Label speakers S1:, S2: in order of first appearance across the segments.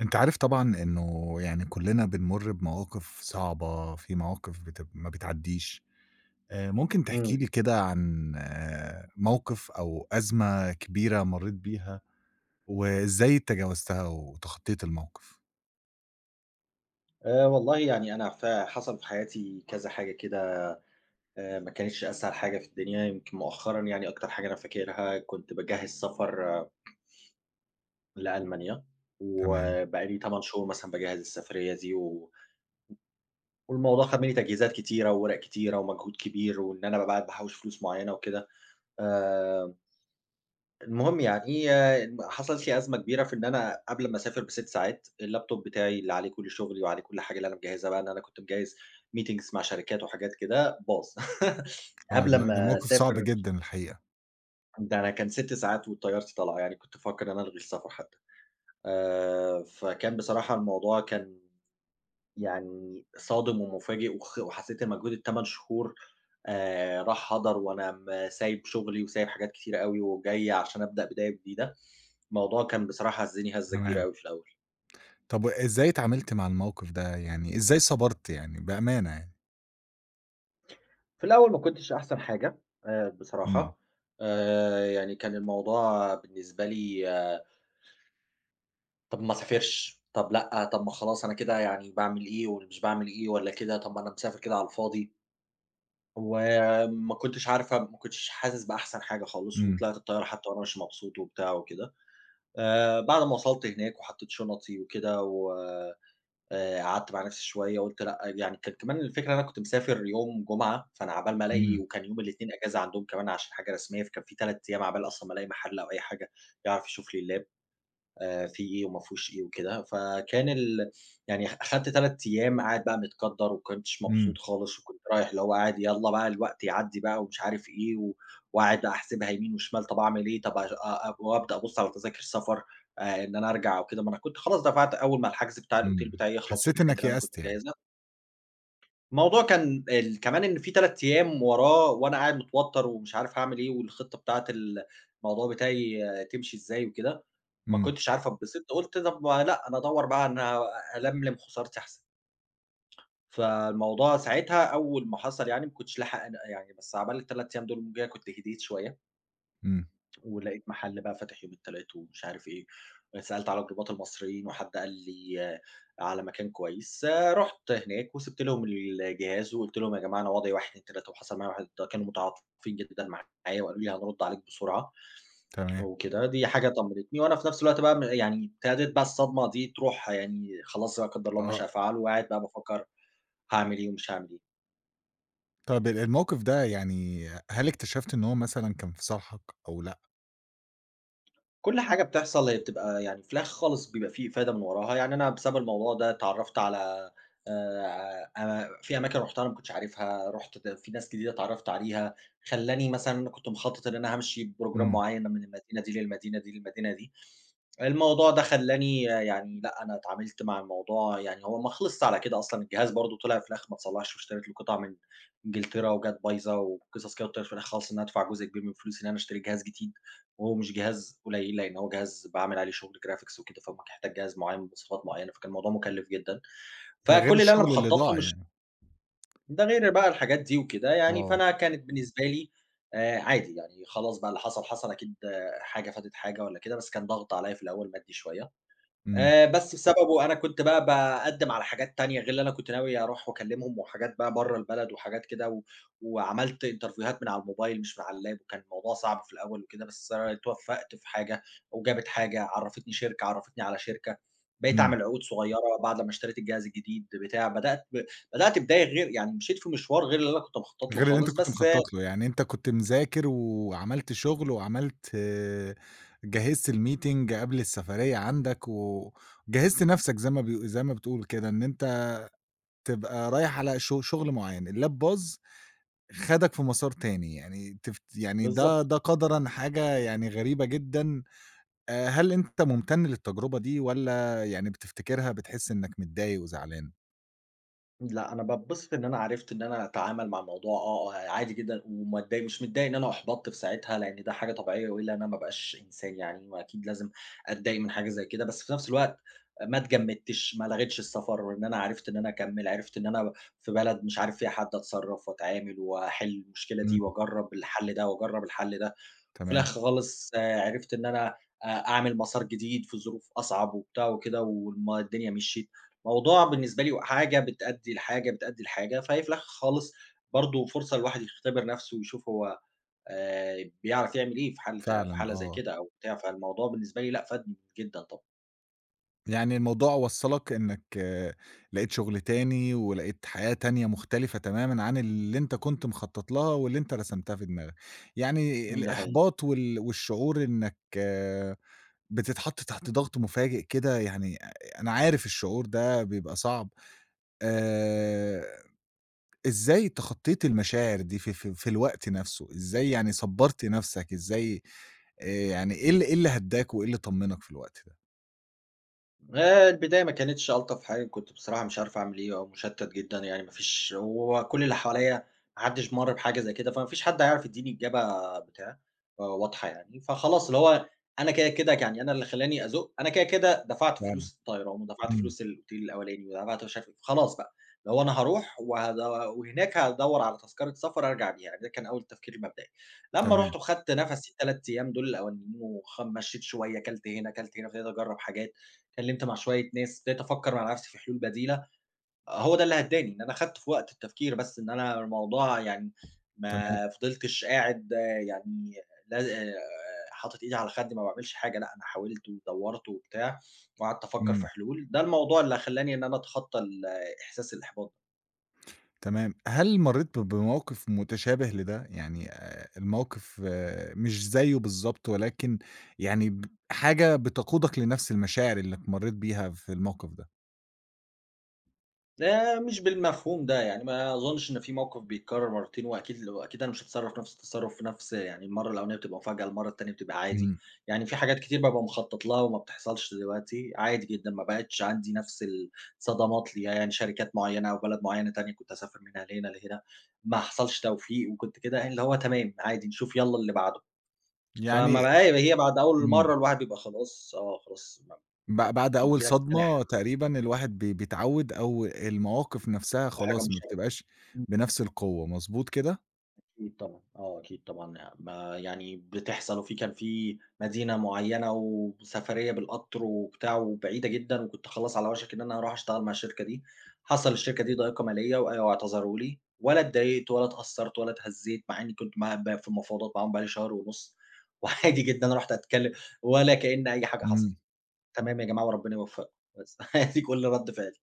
S1: أنت عارف طبعًا إنه يعني كُلّنا بنمُر بمواقف صعبة، في مواقف بت ما بتعدّيش. ممكن تحكي
S2: إمم.
S1: لي كده عن موقف أو أزمة كبيرة مرّيت بيها وإزاي تجاوزتها وتخطّيت الموقف؟
S2: والله يعني أنا ف حصل في حياتي كذا حاجة كده. ما كانتش أسهل حاجة في الدنيا، يمكن مؤخرًا يعني أكتر حاجة أنا فاكرها، كنت باجهّز سفر لألمانيا،
S1: تمام.
S2: وبقى لي 8 شهور مثلًا باجهّز السفرية دي، والموضوع خَد منّي تجهيزات كتيرة وورق كتيرة ومجهود كبير، وإن أنا بابقى قاعد باحوّش فلوس معيّنة وكده. آآ المهم يعني حصل لي أزمة كبيرة في إن أنا قبل ما أسافر ب6 ساعات اللابتوب بتاعي اللي عليه كل شغلي وعليه كل حاجة اللي أنا مجهّزها، بقى إن أنا كنت مجهّز meetings مع شركات وحاجات كده، باظ.
S1: آه،
S2: قبل
S1: ده
S2: أمّا
S1: موقف صعب
S2: أسافر،
S1: جدًا الحقيقة.
S2: ده أنا كان 6 ساعات وطيارتي طالعة، يعني كنت بافكّر إن أنا ألغي السفر حتى. فكان بصراحة الموضوع كان يعني صادم ومفاجئ وحسيت إن مجهود ال8 شهور راح هدر، وأنا سايب شغلي وسايب حاجات كتيرة أوي، وجاي عشان أبدأ بداية جديدة. الموضوع كان بصراحة هَزّني هَزّة كبيرة
S1: تمام.
S2: أوي في الأول.
S1: طب إزاي اتعاملت مع الموقف ده، يعني إزاي صبرت يعني بأمانة يعني؟
S2: في الأول ما كنتش أحسن حاجة،
S1: إمم.
S2: بصراحة. يعني كان الموضوع بالنسبة لي طَب ما أسافرش، طَب لأ، طَب ما خلاص أنا كده يعني باعمل إيه واللي مش باعمل إيه والّا كده، طَب ما أنا مسافر كده على الفاضي. وما كنتش عارفة، ما كنتش حاسس بأحسن حاجة خالص،
S1: إمم.
S2: وطلعت الطيارة حتى وأنا مش مبسوط وبتاع وكده. بعد ما وصلت هناك وحطيت شنطي وكده، و قعدت مع نفسي شوية، قُلت لأ، يعني كان كمان الفكرة إن أنا كنت مسافر يوم جمعة، فأنا عقبال ما ألاقي،
S1: إمم.
S2: وكان يوم الإتنين إجازة عندهم كمان عشان حاجة رسمية، فكان في 3 أيام عقبال أصلًا ما ألاقي محل أو أي حاجة يعرف يشوف لي اللاب. فيه إيه وما فيهوش إيه وكده، فكان يعني أخدت 3 أيام قاعد بقى متكدّر، وما كنتش
S1: إمم.
S2: مبسوط خالص، وكنت رايح اللي هو قاعد يالّا بقى الوقت يعدّي بقى ومش عارف إيه. وقاعد بقى أحسبها يمين وشمال، طب أعمل إيه، طب أش أ أ وأبدأ أبُص على تذاكر سفر، إن أنا أرجع وكده، ما أنا كنت خلاص دفعت أول ما الحجز بتاع الأوتيل
S1: إمم.
S2: بتاعي يخلص
S1: حسّيت
S2: والحاجات
S1: إنّك
S2: اللي أنا كنت
S1: يأست يعني.
S2: مجهّزها. الموضوع كان كمان إن في 3 أيام وراه، وأنا قاعد متوتّر ومش عارف هاعمل إيه، والخطة بتاعة الموضوع بتاعي تمشي إزاي وكده. ما
S1: إمم.
S2: كنتش عارف أتبسط، قُلت طب ما لأ، أنا أدوّر بقى، أنا ألملم خسارتي أحسن. فالموضوع ساعتها أول ما حصل، يعني ما كنتش لاحق أنا يعني، بس عقبال ال3 أيام دول كده كنت هديت شوية.
S1: إمم.
S2: ولقيت محل بقى فاتح يوم التلات ومش عارف إيه، سألت على جروبات المصريين، وحد قال لي على مكان كويس، آه، رُحت هناك وسِبت لهم الجهاز، وقُلت لهم يا جماعة أنا وضعي 1، 2، 3، وحصل معايا واحد، كانوا متعاطفين جدًا معايا وقالوا لي هنرُد عليك بسرعة
S1: تمام.
S2: وكده، دي حاجة طمنتني. وأنا في نفس الوقت بقى يعني ابتدت بقى الصدمة دي تروح، يعني خلاص لا قدر الله ما
S1: آه.
S2: شاء فعل، وقاعد بقى بافكر هاعمل إيه ومش هاعمل إيه.
S1: طب الموقف ده، يعني هل اكتشفت إن هو مثلًا كان في صالحك أو لأ؟
S2: كل حاجة بتحصل هي بتبقى يعني في الآخر خالص بيبقى في إفادة من وراها، يعني أنا بسبب الموضوع ده اتعرّفت على أ في أماكن رُحتها أنا ما كنتش عارفها، رُحت في ناس جديدة اتعرّفت عليها. خلّاني مثلًا، أنا كنت مخطط إن أنا هامشي بprogram
S1: إمم.
S2: معيّن من المدينة دي للمدينة دي للمدينة دي. الموضوع ده خلّاني يعني لأ، أنا اتعاملت مع الموضوع، يعني هو ما خلصش على كده أصلًا، الجهاز برضه طلع في الآخر ما اتصلّحش، واشتريت له قطع من إنجلترا وجات بايظة وقصص كده، وطلعت في الآخر خالص إن أنا أدفع جزء كبير من فلوسي إن أنا أشتري جهاز جديد، وهو مش جهاز قليل، لإن هو جهاز باعمل عليه شغل graphics وكده، فبيحتاج جهاز معيّن بمواصفات معيّنة، فكان الموضوع مكلِّف جدًا.
S1: ده غير
S2: فكل اللي أنا
S1: الشغل اللي
S2: مخطّط له
S1: ضاع
S2: مش،
S1: يعني.
S2: ده غير بقى الحاجات دي وكده يعني،
S1: آه.
S2: فأنا كانت بالنسبة لي عادي يعني، خلاص بقى اللي حصل حصل، أكيد آه، حاجة فاتت حاجة والّا كده، بس كان ضغط عليّا في الأول مادي شوية.
S1: إمم.
S2: بس بسببه أنا كنت بقى باقدّم على حاجات تانية غير اللي أنا كنت ناوي أروح وأكلّمهم، وحاجات بقى برّه البلد وحاجات كده، وعملت انترفيوهات من على الموبايل مش من على اللاب، وكان الموضوع صعب في الأول وكده، بس أنا اتوفّقت في حاجة وجابت حاجة، عرّفتني شركة، عرّفتني على شركة، بقيت
S1: إمم.
S2: أعمل عقود صغيّرة. بعد ما اشتريت الجهاز الجديد بتاع بدأت بدأت بداية، غير يعني مشيت في مشوار غير اللي أنا كنت مخطّط له
S1: غير اللي أنت
S2: خالص،
S1: كنت
S2: بس.
S1: مخطط له، يعني أنت كنت مذاكر وعملت شغل وعملت آه، جهزت الmeeting قبل السفرية عندك، وجهزت نفْسك زي ما بتقول كده، إن أنت تبقى رايح على شغل معيّن، اللاب باظ خدك في مسار تاني، يعني تفت يعني ده
S2: بالضبط.
S1: ده قدرًا حاجة يعني غريبة جدًا. هل أنت ممتن للتجربة دي والّا يعني بتفتكرها بتحس إنّك متضايق وزعلان؟
S2: لأ، أنا باتبسط إن أنا عرفت إن أنا أتعامل مع الموضوع عادي جدًا، وما اتضايق، مش متضايق إن أنا أُحبطت في ساعتها، لإن ده حاجة طبيعية، وإلا أنا ما ابقاش إنسان يعني، وأكيد لازم أتضايق من حاجة زي كده، بس في نفس الوقت ما اتجمدتش، ما لغيتش السفر، إن أنا عرفت إن أنا أكمّل، عرفت إن أنا في بلد مش عارف فيها حد أتصرّف وأتعامل وأحل المشكلة
S1: إمم.
S2: دي، وأجرّب الحل ده وأجرّب الحل ده. في
S1: تمام.
S2: الآخر خالص آه، عرفت إن أنا أعمل مسار جديد في ظروف أصعب وبتاع وكده، الدنيا مشيت. موضوع بالنسبة لي حاجة بتأدي لحاجة، بتأدي لحاجة، فهي في الآخر خالص برضه فرصة الواحد يختبر نَفْسه ويشوف هو بيعرف يعمل إيه في حالة في
S1: فعلًا
S2: حالة زي
S1: آه.
S2: كده أو بتاع، فالموضوع بالنسبة لي لأ فادني جدًا طبعًا.
S1: يعني الموضوع وصّلك إنّك آه، لقيت شغل تاني ولقيت حياة تانية مختلفة تمامًا عن اللي أنت كنت مخطّط لها واللي أنت رسمتها في دماغك. يعني
S2: إمم، ده حقيقي.
S1: الإحباط والشعور إنّك آه، بتتحط تحت ضغط مفاجئ كده يعني أنا عارف الشعور ده بيبقى صعب. آآ إزاي تخطّيتِ المشاعر دي في في الوقت نفسه، إزاي يعني صبّرتِ نفسك، إزاي آآ يعني إيه إيه اللي هدّاك وإيه اللي طمّنك في الوقت ده؟
S2: البداية ما كانتش ألطف حاجة، كنت بصراحة مش عارف أعمل إيه، أو مُشتَّت جدًا يعني، ما فيش وكل اللي حواليّا ما حدّش مَر بحاجة زي كده، فما فيش حد هيعرف يدّيني إجابة بتاع واضحة يعني، فخلاص اللي هو أنا كده كده يعني، أنا اللي خلّاني أزُق، أنا كده كده، دفعت
S1: فعلًا.
S2: فلوس الطيران ودفعت
S1: إمم.
S2: فلوس الأوتيل الأولاني ودفعت مش عارف إيه، فخلاص بقى، اللي هو أنا هاروح وهناك هادوّر على تذكرة سفر أرجع بيها، يعني. ده كان أول تفكير مبدئي. لمّا
S1: تمام.
S2: رُحت وخدت نَفَسي ال3 أيام دول الأولانيين مشّيت شوية، كلت هنا، كلت هنا، ابتديت أجرّب حاجات. اتكلمت مع شوية ناس، ابتديت أفكّر مع نفسي في حلول بديلة، هو ده اللي هدّاني، إن أنا خدت في وقت التفكير بس، إن أنا الموضوع يعني
S1: تمام.
S2: ما فضلتش قاعد يعني لا آه، حاطط إيدي على خدّي ما باعملش حاجة، لأ أنا حاولت ودوّرت وبتاع، وقعدت أفكّر في
S1: إمم.
S2: حلول، ده الموضوع اللي خلّاني إن أنا أتخطّى إحساس الإحباط.
S1: تمام. هل مرّيت بموقف متشابه لده؟ يعني الموقف آه، مش زيّه بالضبط ولكن يعني حاجة بتقودك لنفس المشاعر اللي مرّيت بيها في الموقف ده.
S2: لا مش بالمفهوم ده، يعني ما أظنش إن في موقف بيتكرر مرّتين، وأكيد لو أكيد أنا مش هاتصرّف نفس التصرُّف في نفس يعني، المرّة الأولانية بتبقى مفاجأة، المرّة التانية بتبقى عادي،
S1: إمم.
S2: يعني في حاجات كتير بابقى مخطّط لها وما بتحصلش دلوقتي، عادي جدًا، ما بقتش عندي نفس الصدمات ليها، يعني شركات معيّنة أو بلد معيّنة تانية كنت أسافر من هنا لهنا لهنا، ما حصلش توفيق وكنت كده يعني، اللي هو تمام عادي، نشوف يالّا اللي بعده،
S1: يعني
S2: فما بقى إيه، هي بعد أول
S1: إمم.
S2: مرّة الواحد بيبقى خلاص آه، خلاص ما
S1: بعد أول
S2: بييجي لك تاني
S1: صدمة تقريبًا الواحد بيتعوّد أو المواقف نَفْسها
S2: حاجة
S1: خلاص ما
S2: مش عارف.
S1: بتبقاش بنَفْس القوة، مضبوط كده؟
S2: أكيد طبعًا، آه أكيد طبعًا، ما يعني بتحصل، كان في مدينة معيّنة وسفرية بالقطر وبتاع وبعيدة جدًا، وكنت خلاص على وشك إن أنا هاروح أشتغل مع الشركة دي، حصل الشركة دي ضائقة مالية واعتذروا لي، ولا اتضايقت ولا اتأثّرت ولا اتهزّيت، مع إني كنت مع ب في مفاوضات معاهم بقى لي شهر ونُص, وعادي جدًا رُحت أتكلّم ولا كإن أي حاجة
S1: إمم.
S2: حصلت، تمام يا جماعة وربنا يوفّقكم، بس دي كل رَد فعلي.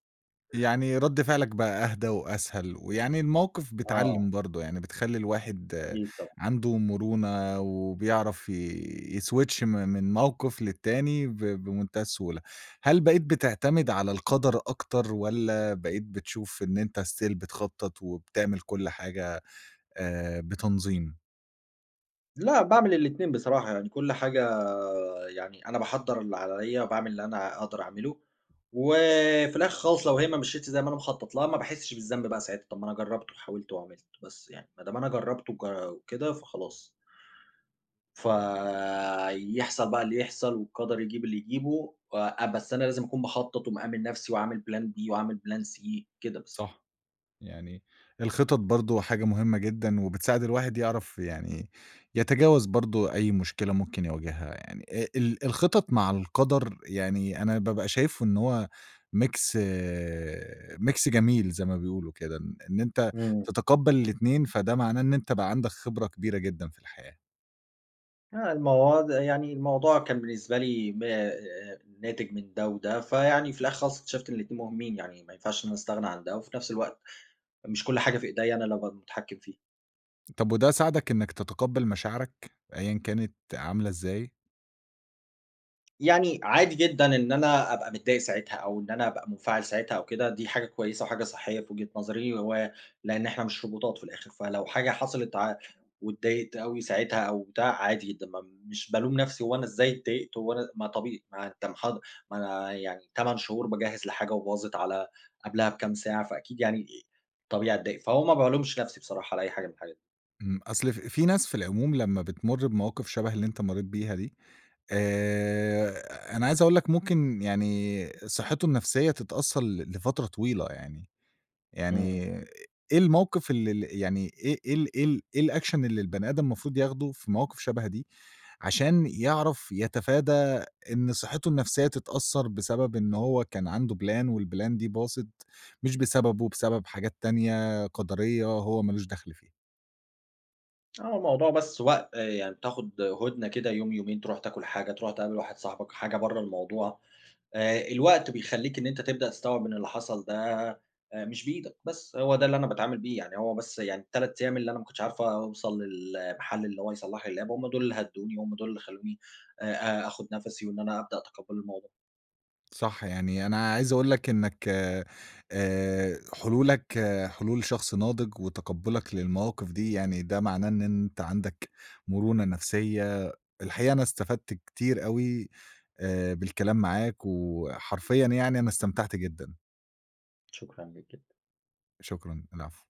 S1: يعني رَد فعلك بقى أهدى وأسهل، ويعني المواقف بتعلِّم
S2: آه،
S1: برضه، يعني بتخلّي الواحد آه،
S2: أكيد طبعًا.
S1: عنده مرونة وبيعرف يswitch من موقف للتاني بمنتهى السهولة. هل بقيت بتعتمد
S2: إمم.
S1: على القدر أكتر والّا بقيت بتشوف إن أنت still بتخطّط وبتعمل كل حاجة بتنظيم؟
S2: لأ، باعمل الاتنين بصراحة، يعني كل حاجة يعني أنا باحضّر اللي عليّا وباعمل اللي أنا أقدر أعمله، وفي الآخر خالص لو هي ما مشيتش زي ما أنا مخطّط لها، ما باحسّش بالذنب بقى ساعتها، طَب ما أنا جرّبت وحاولت وعملت، بس يعني ما دام أنا جرّبت وج وكده فخلاص، فيحصل بقى اللي يحصل والقدر يجيب اللي يجيبه، بس أنا لازم أكون مخطّط ومأمّن نَفْسي وعامل plan B وعامل plan C كده بس.
S1: صح. يعني الخطط برضه حاجة مهمة جدًا، وبتساعد الواحد يعرف يعني يتجاوز برضه أي مشكلة ممكن يواجهها يعني. ال الخطط مع القدر، يعني أنا بابقى شايفه إن هو mix mix جميل زي ما بيقولوا كده، إن أنت
S2: إمم.
S1: تتقبّل الاتنين، فده معناه إن أنت بقى عندك خبرة كبيرة جدًا في الحياة.
S2: آه، المواد يعني الموضوع كان بالنسبة لي م ناتج من ده وده، فيعني في الآخر خالص اكتشفت إن الاتنين مهمين، يعني ما ينفعش إن أنا أستغنى عن ده، وفي نفس الوقت مش كل حاجة في إيديّا أنا اللي أبقى المتحكم فيها.
S1: طب وده ساعدك إنك تتقبّل مشاعرك أيًا كانت عاملة إزاي؟
S2: يعني عادي جدًا إن أنا أبقى متضايق ساعتها، أو إن أنا أبقى منفعل ساعتها أو كده، دي حاجة كويسة وحاجة صحية في وجهة نظري، هو لإن إحنا مش روبوتات في الآخر، فلو حاجة حصلت واتضايقت أوي ساعتها أو بتاع عادي جدًا، ما مش بالوم نفسي هو أنا إزاي اتضايقت، هو أنا ما طبيعي ما أنت محض، ما أنا يعني 8 شهور باجهّز لحاجة وباظت على قبلها بكام ساعة، فأكيد يعني طبيعي أتضايق، فهو ما بالومش نفسي بصراحة على أي حاجة من الحاجات دي.
S1: إمم. أصل في ناس في العموم لمّا بتمُر بمواقف شبه اللي أنت مرّيت بيها دي، أنا عايز أقول لك ممكن يعني صحّته النفسية تتأثّر لفترة طويلة يعني.
S2: إمم.
S1: يعني إيه الموقِف ال ال يعني إيه الaction اللي البني آدم المفروض ياخده في مواقِف شَبه دي، عشان يعرف يتفادى إن صحّته النفسية تتأثّر بسبب إن هو كان عنده plan والplan دي باظت مش بسببه، بسبب حاجات تانية قدَرية هو ما لوش دَخْل فيها؟
S2: آه، الموضوع بس وقت يعني بتاخد هُدنة كده يوم، يومين، تروح تاكل حاجة، تروح تقابل واحد صاحبك، حاجة برّه الموضوع، الوقت بيخلّيك إن أنت تبدأ تستوعب إن اللي حصل ده مش بإيدك، بس هو ده اللي أنا باتعامل بيه، يعني هو بس يعني ال3 أيام اللي أنا ما كنتش عارف أوصل للمحل اللي هو يصلح لي اللاب، هم دول اللي هدّوني، هم دول اللي خلّوني آخد نَفَسي، وإن أنا أبدأ أتقبّل الموضوع.
S1: صح. يعني أنا عايز أقول لك إنك حلولك آه، حلول شخص ناضج وتقبُّلك للمواقف دي، يعني ده معناه إن أنت عندك مرونة نفسية. الحقيقة أنا استفدت كتير أوي بالكلام معاك، وحرفيًا يعني أنا استمتعت جدًا.
S2: شكرًا ليك.
S1: شكرًا، العفو.